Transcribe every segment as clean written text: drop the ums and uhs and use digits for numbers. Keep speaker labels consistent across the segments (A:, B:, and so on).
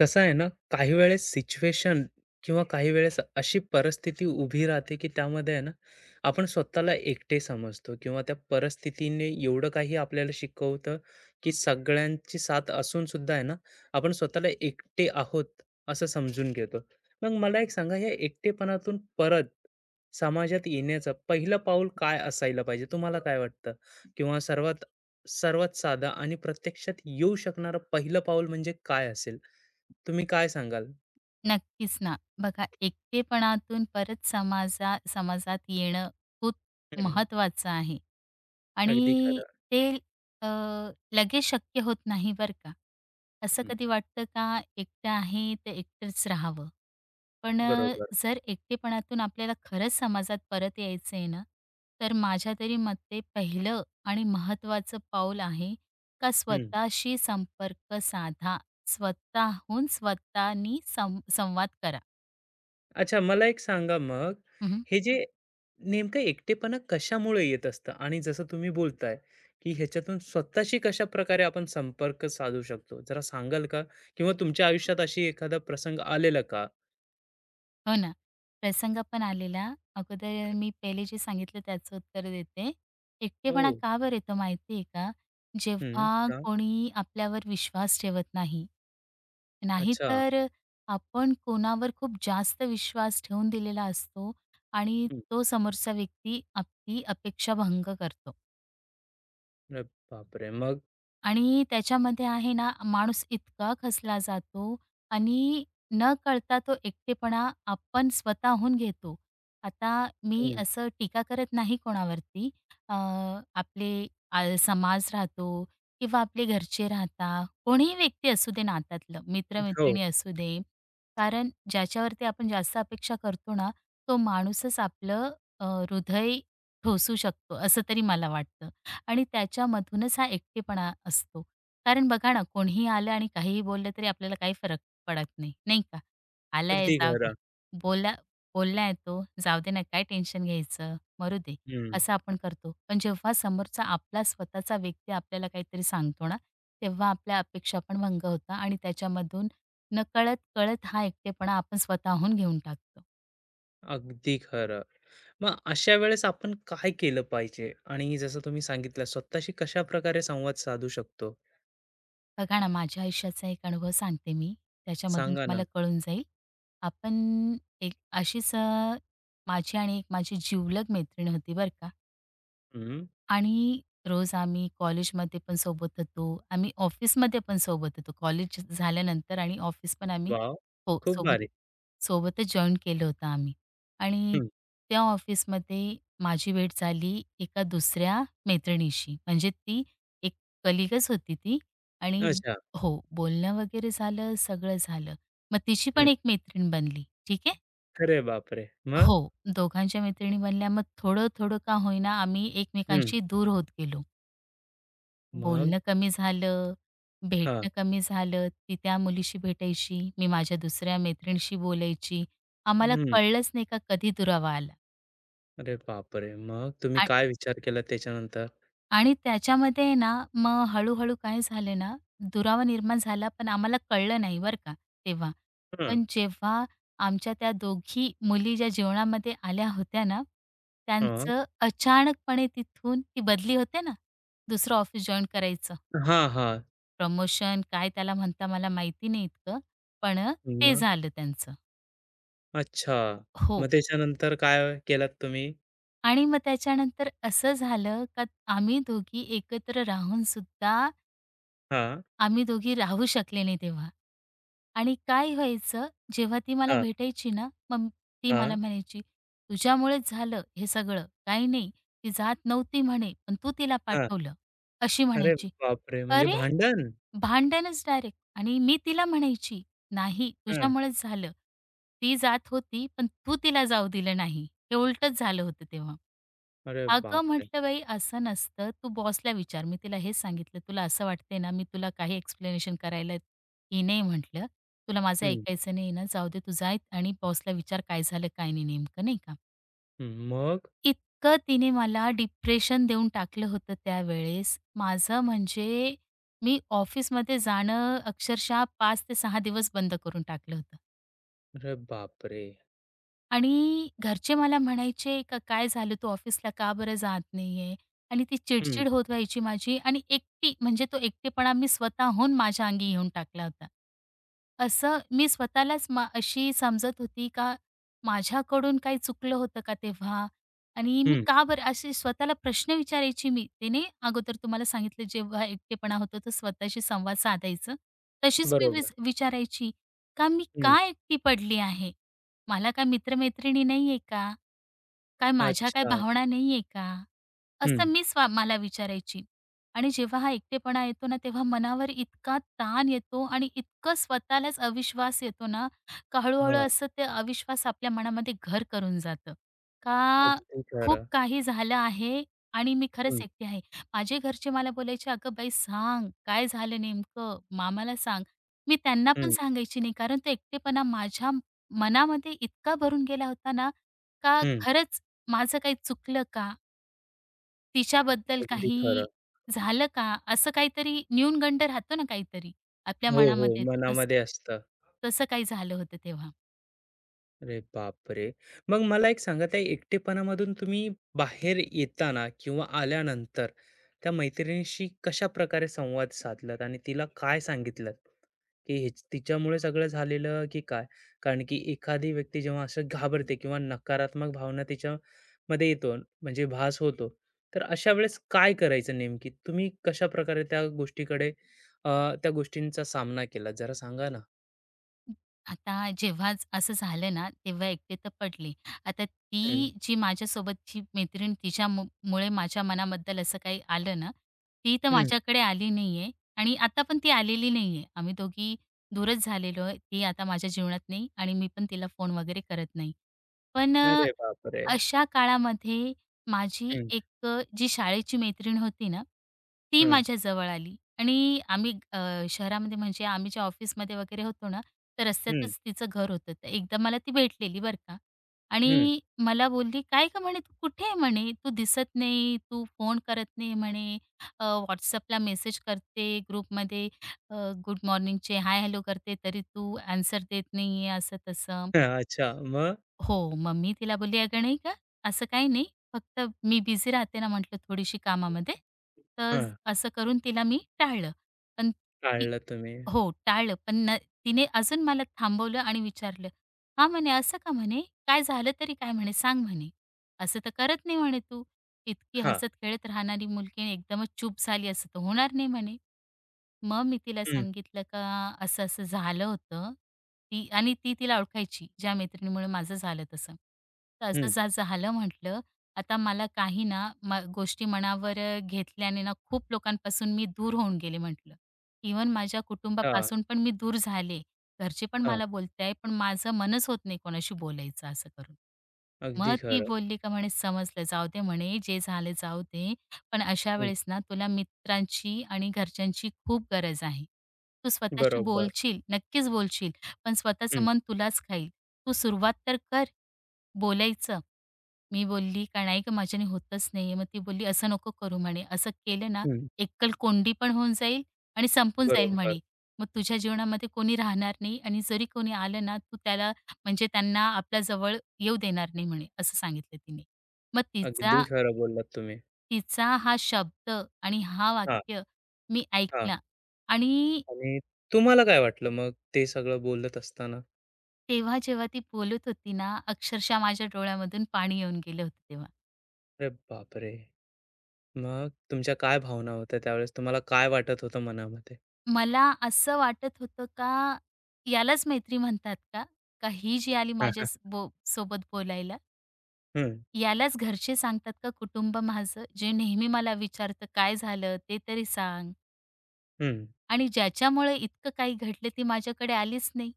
A: कसं आहे ना, काही वेळेस सिच्युएशन किंवा काही वेळेस अशी परिस्थिती उभी राहते, की त्यामध्ये आहे ना, आपण स्वतःला एकटे समजतो किंवा त्या परिस्थितीने एवढं काही आपल्याला शिकवतं, की सगळ्यांची साथ असून सुद्धा आहे ना, आपण स्वतःला एकटे आहोत असं समजून घेतो. मग मला एक सांगा, या एकटेपणातून परत समाजात येण्याचं पहिलं पाऊल काय असायला पाहिजे? तुम्हाला काय वाटतं? किंवा सर्वात सर्वात साधा आणि प्रत्यक्षात येऊ शकणारं पहिलं पाऊल म्हणजे काय असेल? तुम्ही काय सांगाल?
B: नक्कीच ना. बघा एकटेपणातून परत समाजात येणं खूप
A: हं.
B: महत्त्वाचं आहे
A: अगदी
B: आणि
A: खरं.
B: ते अ, लगेच शक्य होत नाही बरं का. असं
A: हं.
B: कधी वाटतं का एकटं आहे तर एकटंच राहावं. पण
A: बरोबर.
B: जर एकटेपणातून आपल्याला खरंच समाजात परत यायचं आहे ना, तर माझ्या तरी मते पहिलं आणि महत्त्वाचं पाऊल आहे का
A: हं.
B: स्वतःशी संपर्क साधा. स्वतःहून स्वतःनी संवाद करा.
A: अच्छा, मला एक सांगा मग,
B: हं,
A: हे जे नेमकं एकटेपणा कशामुळे येत असतं? आणि जसं तुम्ही बोलताय, की ह्याच्यातून स्वतःशी कशाप्रकारे आपण संपर्क साधू शकतो? जरा सांगाल का? किंवा तुमच्या आयुष्यात अशी एखादा प्रसंग आलेला का?
B: हो ना. प्रसंग पण आलेला.
A: हं.
B: अगोदर मी पहिले जे सांगितलं त्याचं उत्तर देते. एकटेपणा
A: हो.
B: का बरं येतो माहिती आहे का?
A: हं.
B: जेव्हा
A: का?
B: कोणी आपल्यावर विश्वास ठेवत नाही.
A: अच्छा.
B: नाहीतर आपण कोणावर खूप जास्त विश्वास ठेवून दिलेला असतो आणि
A: हं.
B: तो समोरचा व्यक्ती आपली अपेक्षा भंग करतो.
A: अरे बापरे! मग?
B: आणि त्याच्यामध्ये आहे ना, माणूस इतका खसला जातो आणि न कळता तो एकटेपणा आपण स्वतःहून घेतो. आता मी
A: हं.
B: असं टीका करत नाही कोणावरती. अ, आपले समाज राहतो किंवा आपले घरचे राहता, कोणीही व्यक्ती असू दे नात्यातलं,
A: हो.
B: मित्र-मैत्रिणी असू दे. कारण ज्याच्यावरती आपण जास्त अपेक्षा करतो ना, तो माणूसच आपलं हृदय ठोसू शकतो, असं तरी मला वाटतं. आणि त्याच्यामधूनच हा एकटेपणा असतो. कारण बघा ना, कोणीही आलं आणि काहीही बोललं तरी आपल्याला काही फरक पडत नाही, नाही का? आलाय
A: अगदी
B: जाऊ दे.
A: खरं.
B: बोलला बोललाय तो, जाऊ दे ना, काय टेन्शन घ्यायचं, मरू दे,
A: हं.
B: असं आपण करतो. पण जेव्हा समोरचा आपला स्वतःचा व्यक्ती आपल्याला काहीतरी सांगतो ना, तेव्हा आपल्या अपेक्षा पण भंग होतात आणि त्याच्यामधून नकळत-कळत हा एकटेपणा आपण स्वतःहून घेऊन टाकतो.
A: अगदी खरं. मग अशा वेळेस आपण काय केलं पाहिजे? आणि जसं तुम्ही सांगितलं, स्वतःशी कशाप्रकारे संवाद साधू शकतो?
B: बघा ना, माझ्या आयुष्याचा एक अनुभव सांगते मी. त्याच्यामधून
A: सांगा ना?
B: तुम्हाला कळून जाईल. आपण एक अशीच माझी आणि एक माझी जिवलग मैत्रीण होती बरं का.
A: हं.
B: आणि रोज आम्ही कॉलेजमध्ये पण सोबत होतो. आम्ही ऑफिसमध्ये पण सोबत होतो. कॉलेज झाल्यानंतर आणि ऑफिस पण आम्ही
A: वॉव!
B: हो,
A: खूप भारी.
B: सोबतच जॉइन केलं होतं आम्ही. आणि
A: हं.
B: त्या ऑफिसमध्ये माझी भेट झाली एका दुसऱ्या मैत्रिणीशी. म्हणजे ती एक कलीगच होती ती आणि
A: अच्छा.
B: हो, बोलणं वगैरे झालं, सगळं झालं. मग तिची
A: हं.
B: पण एक मैत्रीण बनली. ठीक आहे.
A: अरे बापरे! मग?
B: हो, दोघांच्या मैत्रिणी बनल्या. मग थोडं-थोडं का होईना आम्ही
A: हं.
B: एकमेकांशी दूर होत गेलो.
A: मग?
B: बोलणं कमी झालं,
A: हां.
B: भेटणं कमी झालं. ती त्या मुलीशी भेटायची, मी माझ्या दुसऱ्या मैत्रिणीशी बोलायची. आम्हाला
A: हं.
B: कळलंच नाही का कधी दुरावा आला.
A: अरे बापरे! मग तुम्ही
B: आ
A: काय विचार केला त्याच्यानंतर?
B: आणि त्याच्यामध्ये ना, मग हळू-हळू काय झालं ना, दुरावा निर्माण झाला, पण आम्हाला कळलं नाही बरं का तेव्हा.
A: हं.
B: पण जेव्हा आमच्या त्या दोघी मुली ज्या जीवनामध्ये आल्या होत्या ना,
A: हां.
B: त्यांचं अचानकपणे तिथून ती बदली होते ना, दुसरं ऑफिस जॉइन करायचं.
A: हां, हां.
B: प्रमोशन काय त्याला म्हणता मला माहिती नाही इतकं, पण ते
A: मग?
B: झालं त्यांचं.
A: अच्छा. मग
B: हो.
A: त्याच्यानंतर काय केलात तुम्ही?
B: आणि मग त्याच्यानंतर असं झालं का आम्ही दोघी एकत्र राहून सुद्धा
A: हां.
B: आम्ही दोघी राहू शकले नाही तेव्हा. आणि काय व्हायचं जेव्हा ती मला
A: हां.
B: भेटायची ना, मग ती मला
A: हां.
B: म्हणायची, "तुझ्यामुळेच झालं हे सगळं, काही नाही. ती जात नव्हती म्हणे, पण तू तिला
A: हां.
B: पाठवलं." अशी
A: अरे
B: म्हणायची.
A: बापरे! म्हणजे
B: "अरे!"
A: भांडण?
B: भांडणच डायरेक्ट आणि मी तिला म्हणायची, "नाही,
A: हं.
B: तुझ्यामुळेच झालं. ती जात होती, पण तू तिला जाऊ दिलं नाही." हे उलटंच झालं होतं तेव्हा.
A: अरे
B: "अगं,"
A: बापरे!
B: म्हटलं, "बाई, असं नसतं. तू बॉसला विचार." मी तिला हेच सांगितलं, "तुला असं वाटतंय ना, मी तुला काही एक्सप्लेनेशन करायला ही नाही," म्हटलं. "तुला माझं
A: हं.
B: ऐकायचं नाही ना, जाऊ दे, तू जा आणि बॉसला विचार काय झालं, काय नाही नेमकं." नाही का?
A: हं, मग?
B: इतकं तिने मला डिप्रेशन देऊन टाकलं होतं त्यावेळेस. माझं म्हणजे मी ऑफिसमध्ये जाणं अक्षरशः 5 ते सहा दिवस बंद करून टाकलं होतं.
A: अरे बापरे!
B: आणि घरचे मला म्हणायचे, "का काय झालं तू ऑफिसला का बरं जात नाहीये?" आणि ती
A: हं,
B: चिडचिड होत व्हायची माझी आणि एकटी म्हणजे तो एकटेपणा मी स्वतःहून माझ्या अंगी घेऊन टाकला होता. असं मी स्वतःलाच अशी समजत होती का माझ्याकडून काही चुकलं होतं का तेव्हा? आणि मी
A: हं.
B: का बरं असे स्वतःला प्रश्न विचारायची मी. ते नाही अगोदर तुम्हाला सांगितलं जेव्हा एकटेपणा होतो तर स्वतःशी संवाद साधायचं. तशीच मी
A: बरोबर.
B: विचारायची का मी
A: हं.
B: का एकटी पडली आहे? मला काय मित्र-मैत्रिणी नाहीये का? काय माझ्या काय
A: अच्छा.
B: भावना नाहीये का?
A: हं.
B: असं मी मला विचारायची. आणि जेव्हा हा एकटेपणा येतो ना, तेव्हा मनावर इतका ताण येतो आणि इतकं स्वतःलाच अविश्वास येतो ना, का हळू
A: हां.
B: असं ते अविश्वास आपल्या मनामध्ये घर करून जातं. का
A: अगदी
B: खूप
A: खरं.
B: काही झालं आहे आणि मी खरंच
A: हं,
B: एकटी आहे. माझे घरचे मला बोलायचे, "अगं बाई सांग, काय झालं नेमकं? मामाला सांग." मी त्यांना पण
A: हं,
B: सांगायची नाही, कारण तो एकटेपणा माझ्या मनामध्ये इतका भरून गेला होता ना, का
A: हं.
B: खरंच माझं काही चुकलं का? तिच्याबद्दल
A: अगदी खरं.
B: काही झालं का? असं काहीतरी न्यूनगंड राहतो ना काहीतरी आपल्या
A: हो, हो.
B: मनामध्ये येतो तसं.
A: मनामध्ये असतं.
B: तसं काही झालं होतं तेव्हा.
A: अरे बापरे! मग मला एक सांगा, त्या एकटेपणामधून तुम्ही बाहेर येताना किंवा आल्यानंतर त्या मैत्रिणीशी कशाप्रकारे संवाद साधलात आणि तिला काय सांगितलंत? की हे तिच्यामुळे सगळं झालेलं की काय? कारण की एखादी व्यक्ती जेव्हा असं घाबरते किंवा नकारात्मक भावना तिच्यामध्ये येतो, म्हणजे भास होतो. तर अशा वेळेस काय करायचं नेमकी? तुम्ही कशाप्रकारे त्या गोष्टीकडे अ, त्या गोष्टींचा सामना केला, जरा सांगा ना?
B: आता जेव्हाच असं झालं ना, तेव्हा एकटे तर पडले. आता
A: हं.
B: ती जी माझ्यासोबतची मैत्रीण मुळे माझ्या मनाबद्दल असं काही आलं ना, ती तर
A: हं.
B: माझ्याकडे आली नाहीये आणि आता पण ती आलेली नाहीये. आम्ही दोघी दूरच झालेलो आहे. ती आता माझ्या जीवनात नाही आणि मी पण तिला फोन वगैरे करत नाही. पण
A: अरे बापरे!
B: अशा काळामध्ये माझी एक जी शाळेची मैत्रीण होती ना, ती
A: हां.
B: माझ्याजवळ आली आणि आम्ही शहरामध्ये म्हणजे आम्ही ज्या ऑफिसमध्ये वगैरे होतो ना, तर
A: हं,
B: रस्त्यातच तिचं घर होतं. तर एकदा मला ती भेटलेली बरं का
A: हं.
B: आणि मला बोलली, "काय का म्हणे, "तू कुठे आहे?" म्हणे, "तू दिसत नाही, तू फोन करत नाही." म्हणे, अ, WhatsAppला मेसेज करते ग्रुपमध्ये अ, गुड मॉर्निंगचे हाय हॅलो करते, तरी तू ॲन्सर देत नाही असं-तसं.
A: अच्छा. मग?
B: हो, मग मी तिला बोलली, "अगं नाही का, असं काही नाही, फक्त मी बिझी राहते ना," म्हटलं, "थोडीशी कामामध्ये." तर
A: हां.
B: असं करून तिला मी टाळलं. पण ती
A: टाळलं तुम्ही.
B: हो, टाळलं. पण तिने अजून मला थांबवलं आणि विचारलं, "हां," म्हणे, "असं का?" म्हणे, "काय झालं तरी काय?" म्हणे, "सांग," म्हणे, "असं तर करत नाही," म्हणे, "तू. इतकी
A: हां.
B: हसत-खेळत राहणारी मुलगी आणि एकदमच चूप झाली, असं तर होणार नाही," म्हणे. मग मी तिला
A: हं,
B: सांगितलं का असं-असं झालं होतं. ती आणि ती तिला ओळखायची, ज्या मैत्रिणीमुळे माझं झालं तसं. तर असं
A: हं.
B: जा झालं म्हटलं, आता मला काही ना गोष्टी मनावर घेतल्याने ना खूप लोकांपासून मी दूर होऊन गेले म्हटलं. इवन माझ्या
A: हां,
B: कुटुंबापासून पण मी दूर झाले. घरचे पण
A: हां.
B: मला बोलताय, पण माझं मनच होत नाही कोणाशी बोलायचं असं करून.
A: अगदी
B: मग ती
A: खरं.
B: बोलली का म्हणे समजलं, जाऊ दे म्हणे जे झालं जाऊ दे. पण अशा
A: हं.
B: वेळेस ना तुला मित्रांची आणि घरच्यांची खूप गरज आहे. तू स्वतःशी
A: बरोबर.
B: बोलशील, नक्कीच बोलशील, पण स्वतःचं
A: हं,
B: मन तुलाच खाईल. तू सुरुवात तर कर बोलायचं. मी बोलली का नाही गं माझ्याने होतच नाहीये. मग ती बोलली, "असं नको करू" म्हणे. असं केलं ना
A: हं.
B: एकलकोंडी पण होऊन जाईल आणि संपून जाईल
A: बरोबर.
B: म्हणे. मग तुझ्या जीवनामध्ये कोणी राहणार नाही आणि जरी कोणी आलं ना, तू त्याला म्हणजे त्यांना आपल्या जवळ येऊ देणार नाही म्हणे, असं सांगितलं तिने. मग
A: अगदी
B: तिचा
A: खरं बोललात तुम्ही.
B: तिचा हा शब्द आणि हा
A: हां,
B: वाक्य मी
A: हां.
B: ऐकला आणि
A: आणि तुम्हाला काय वाटलं मग ते सगळं बोलत असताना?
B: तेव्हा जेव्हा ती बोलत होती ना, अक्षरशः माझ्या डोळ्यामधून पाणी येऊन गेलं होतं तेव्हा.
A: अरे बापरे! मग तुमच्या काय भावना होत्या त्यावेळेस? तुम्हाला काय वाटत होतं मनामध्ये?
B: मला असं वाटत होतं का यालाच मैत्री म्हणतात का? का ही जी आली
A: हां,
B: माझ्या
A: हां.
B: स बो सोबत बोलायला,
A: हं,
B: यालाच घरचे सांगतात का कुटुंब माझं जे नेहमी मला विचारतं, "काय झालं? ते तरी सांग."
A: हं.
B: आणि ज्याच्यामुळे इतकं काही घडलं ती माझ्याकडे आलीच नाही.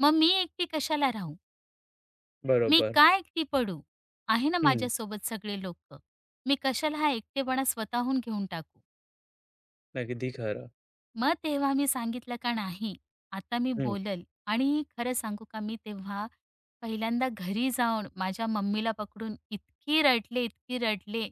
B: मग मी एकटी कशाला राहू? मी
A: बरोबर.
B: का एकटी पडू? आहे ना
A: हं.
B: माझ्यासोबत सगळे लोकं. मी कशाला हा एकटेपणा स्वतःहून घेऊन टाकू?
A: अगदी खरं.
B: मग तेव्हा मी सांगितलं का नाही, आता मी
A: हं.
B: बोलल, आणि खरं सांगू का मी तेव्हा पहिल्यांदा घरी जाऊन माझ्या मम्मीला पकडून इतकी रडले, इतकी रडले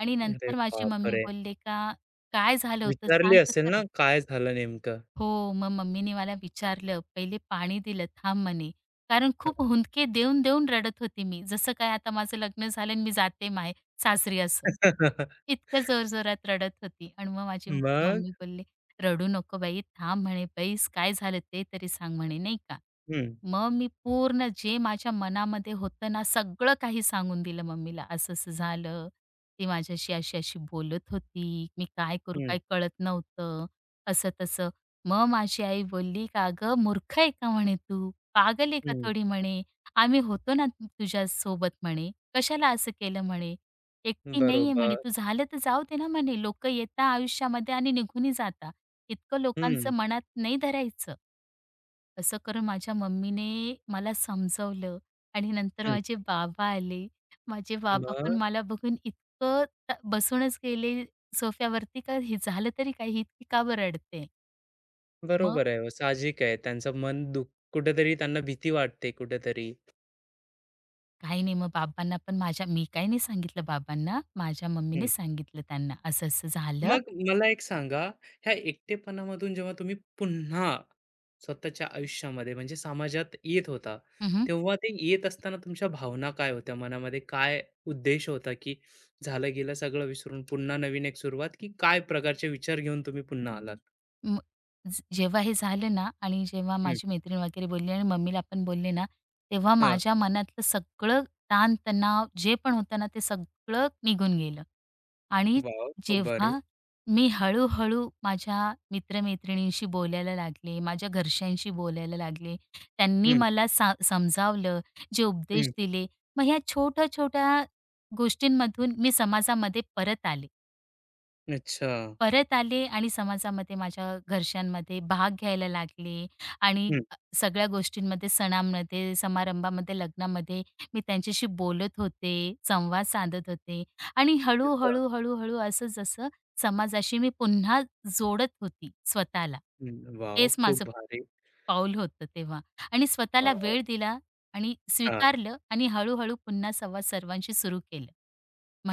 B: आणि
A: अरे
B: नंतर माझी मम्मी
A: बापरे!
B: बोलले का, "काय झालं होतं
A: विचारली
B: सांग तर
A: असेल
B: खरं?"
A: ना, काय झालं नेमकं?
B: हो, मग मम्मीने मला विचारलं, पहिले पाणी दिलं, थांब म्हणे. कारण खूप हुंदके देऊन-देऊन रडत होती मी. जसं काय आता माझं लग्न झालं आणि मी जाते सासरी असं. इतक्या जोर जोरात रडत होती आणि मग माझी
A: मग
B: मम्मी बोलली, "रडू नको बाई, थांब म्हणे बैस, काय झालं ते तरी सांग म्हणे," नाही का.
A: हं,
B: मग मी पूर्ण जे माझ्या मनामध्ये होतं ना, सगळं काही सांगून दिलं मम्मीला. असं-असं झालं, ती माझ्याशी अशी-अशी बोलत होती, मी काय करू,
A: हं,
B: काही कळत नव्हतं, असं-तसं. मग माझी आई बोलली, "का गं मूर्ख आहे का?" म्हणे, "तू पागल आहे का
A: हं.
B: थोडी?" म्हणे, "आम्ही होतो ना तुझ्या सोबत" म्हणे, "कशाला असं केलं?" म्हणे, "एकटी नाही आहे" म्हणे,
A: बरोबर.
B: "तू झालं तर जाऊ दे ना" म्हणे, "लोकं येता आयुष्यामध्ये आणि निघूनही जाता. इतकं लोकांचं
A: हं,
B: मनात नाही धरायचं." असं करून माझ्या मम्मीने मला समजवलं आणि नंतर
A: हं.
B: माझे बाबा आले. माझे बाबा
A: मग
B: पण मला बघून इतकं बसूनच गेले सोफ्यावरती, का "हे झालं तरी काय? ही इतकी का बरं मग
A: बरोबर आहे. साहजिक आहे. त्यांचं मन दुख कुठेतरी, त्यांना भीती वाटते कुठेतरी.
B: काही नाही मग बाबांना पण माझ्या मी काही नाही सांगितलं बाबांना, माझ्या मम्मीने
A: हं.
B: सांगितलं त्यांना असं-असं झालं.
A: मग मला एक सांगा, ह्या एकटेपणामधून जेव्हा तुम्ही पुन्हा स्वतःच्या आयुष्यामध्ये म्हणजे समाजात येत होता,
B: हं,
A: तेव्हा ते येत असताना तुमच्या भावना काय होत्या? मनामध्ये काय उद्देश होता, की झालं गेलं सगळं विसरून पुन्हा नवीन एक सुरुवात, की काय प्रकारचे विचार घेऊन तुम्ही पुन्हा आलात?
B: म ज जेव्हा हे झालं ना आणि जेव्हा माझी मैत्रीण वगैरे बोलली आणि मम्मीला पण बोलले ना, तेव्हा माझ्या मनातलं सगळं ताण जे पण होतं ना, ते सगळं निघून गेलं. आणि
A: वॉव! खूप भारी.
B: जेव्हा मी हळू माझ्या मित्र बोलायला लागले, माझ्या घरच्यांशी बोलायला लागले, त्यांनी
A: हं,
B: मला समजावलं, जे उपदेश
A: हं.
B: दिले, मग ह्या छोट्या-छोट्या गोष्टींमधून मी समाजामध्ये परत आले.
A: अच्छा.
B: परत आले आणि समाजामध्ये माझ्या घरच्यांमध्ये भाग घ्यायला लागले आणि
A: हं.
B: सगळ्या गोष्टींमध्ये, सणांमध्ये, समारंभामध्ये, लग्नामध्ये मी त्यांच्याशी बोलत होते, संवाद साधत होते आणि
A: अच्छा.
B: हळू-हळू, हळूहळू असं जसं समाजाशी मी पुन्हा जोडत होती स्वतःला.
A: हं. वॉव!
B: हेच माझं
A: खूप भारी.
B: पाऊल होतं तेव्हा आणि स्वतःला
A: वॉव!
B: वेळ दिला आणि
A: हां.
B: स्वीकारलं आणि हळू पुन्हा संवाद सर्वांशी सुरू केलं.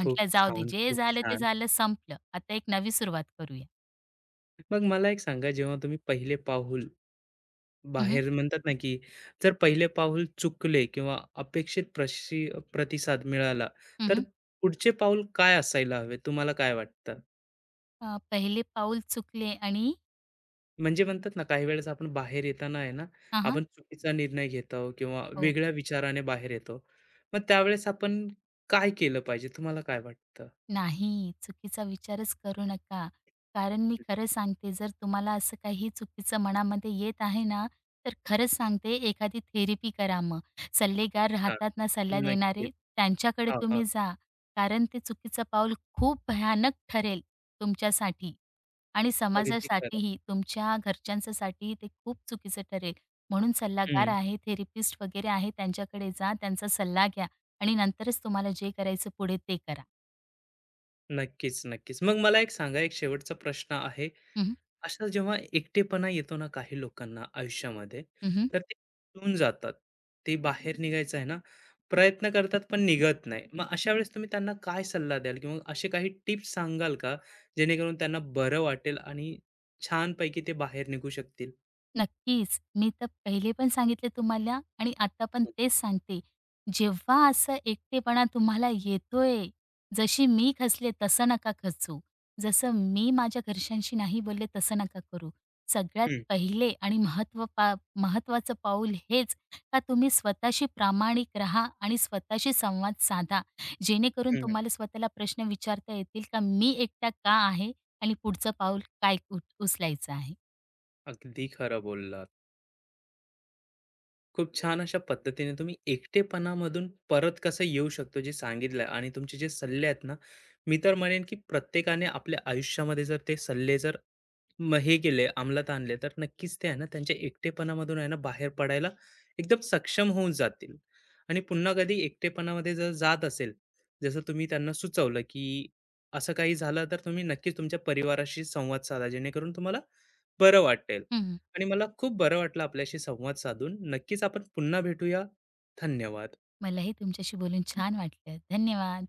A: खूप
B: "जाऊ दे,
A: छान,
B: जे
A: खूप
B: झालं ते
A: छान.
B: झालं, संपलं. आता एक नवी सुरुवात करूया."
A: मग मला एक सांगा, जेव्हा तुम्ही पहिले पाऊल
B: हं, हं.
A: बाहेर म्हणतात ना, की जर पहिले पाऊल चुकले किंवा अपेक्षित प्रतिसाद मिळाला, तर पुढचे पाऊल काय असायला हवे? तुम्हाला काय वाटतं?
B: पहिले पाऊल चुकले आणि
A: म्हणजे म्हणतात ना, काही वेळेस आपण बाहेर येताना आहे ना,
B: हां, हां.
A: आपण चुकीचा निर्णय घेतो किंवा
B: हो.
A: वेगळ्या विचाराने बाहेर येतो. मग त्यावेळेस आपण काय केलं पाहिजे, तुम्हाला काय वाटतं?
B: नाही, चुकीचा विचारच करू नका. कारण मी खरं सांगते, जर तुम्हाला असं काही चुकीचं मनामध्ये येत आहे ना, तर खरंच सांगते एखादी थेरपी करा मग. सल्लेगार
A: अच्छा,
B: राहतात ना सल्ला देणारे,
A: नक्कीच.
B: त्यांच्याकडे
A: हां, हां.
B: तुम्ही जा. कारण ते चुकीचं पाऊल खूप भयानक ठरेल तुमच्यासाठी आणि
A: अगदी खरं.
B: समाजासाठीही, तुमच्या घरच्यांच्यासाठीही ते खूप चुकीचं ठरेल. म्हणून सल्लागार
A: हं.
B: आहे, थेरपिस्ट वगैरे आहे, त्यांच्याकडे जा, त्यांचा सल्ला घ्या आणि नंतरच तुम्हाला जे करायचं पुढे ते करा.
A: नक्कीच, नक्कीच. मग मला एक सांगा, एक शेवटचा प्रश्न आहे. असा जेव्हा एकटेपणा येतो ना काही लोकांना आयुष्यामध्ये,
B: हं,
A: तर ते खचून जातात. ते बाहेर निघायचं आहे ना, प्रयत्न करतात पण निघत नाही. मग अशा वेळेस तुम्ही त्यांना काय सल्ला द्याल किंवा असे काही टिप्स सांगाल का, जेणेकरून त्यांना बरं वाटेल आणि छानपैकी ते बाहेर निघू शकतील?
B: नक्कीच. मी तर पहिले पण सांगितले तुम्हाला आणि आता पण तेच सांगते. जेव्हा असं एकटेपणा तुम्हाला येतोय, जशी मी खचले तसं नका खचू. जसं मी माझ्या घरच्यांशी नाही बोलले तसं नका करू. सगळ्यात
A: हं,
B: पहिले आणि महत्त्वाचं पाऊल हेच का तुम्ही स्वतःशी प्रामाणिक राहा आणि स्वतःशी संवाद साधा. जेणेकरून
A: हं.
B: तुम्हाला स्वतःला प्रश्न विचारता येतील का मी एकटा का आहे आणि पुढचं पाऊल काय उचलायचं आहे.
A: अगदी खरं बोललात. खूप छान अशा पद्धतीने तुम्ही एकटेपणामधून परत कसं येऊ शकतो जे सांगितलंय आणि तुमचे जे सल्ले आहेत ना, मी तर म्हणेन की प्रत्येकाने आपल्या आयुष्यामध्ये जर ते सल्ले जर मग हे केले, अंमलात आणले, तर नक्कीच ते आहे ना, त्यांच्या एकटेपणामधून आहे ना बाहेर पडायला एकदम सक्षम होऊन जातील. आणि पुन्हा कधी एकटेपणामध्ये जर जात असेल, जसं तुम्ही त्यांना सुचवलं, की असं काही झालं तर तुम्ही नक्कीच तुमच्या परिवाराशी संवाद साधा, जेणेकरून तुम्हाला बरं वाटेल.
B: हं.
A: आणि मला खूप बरं वाटलं आपल्याशी संवाद साधून. नक्कीच आपण पुन्हा भेटूया. धन्यवाद.
B: मलाही तुमच्याशी बोलून छान वाटलं. धन्यवाद.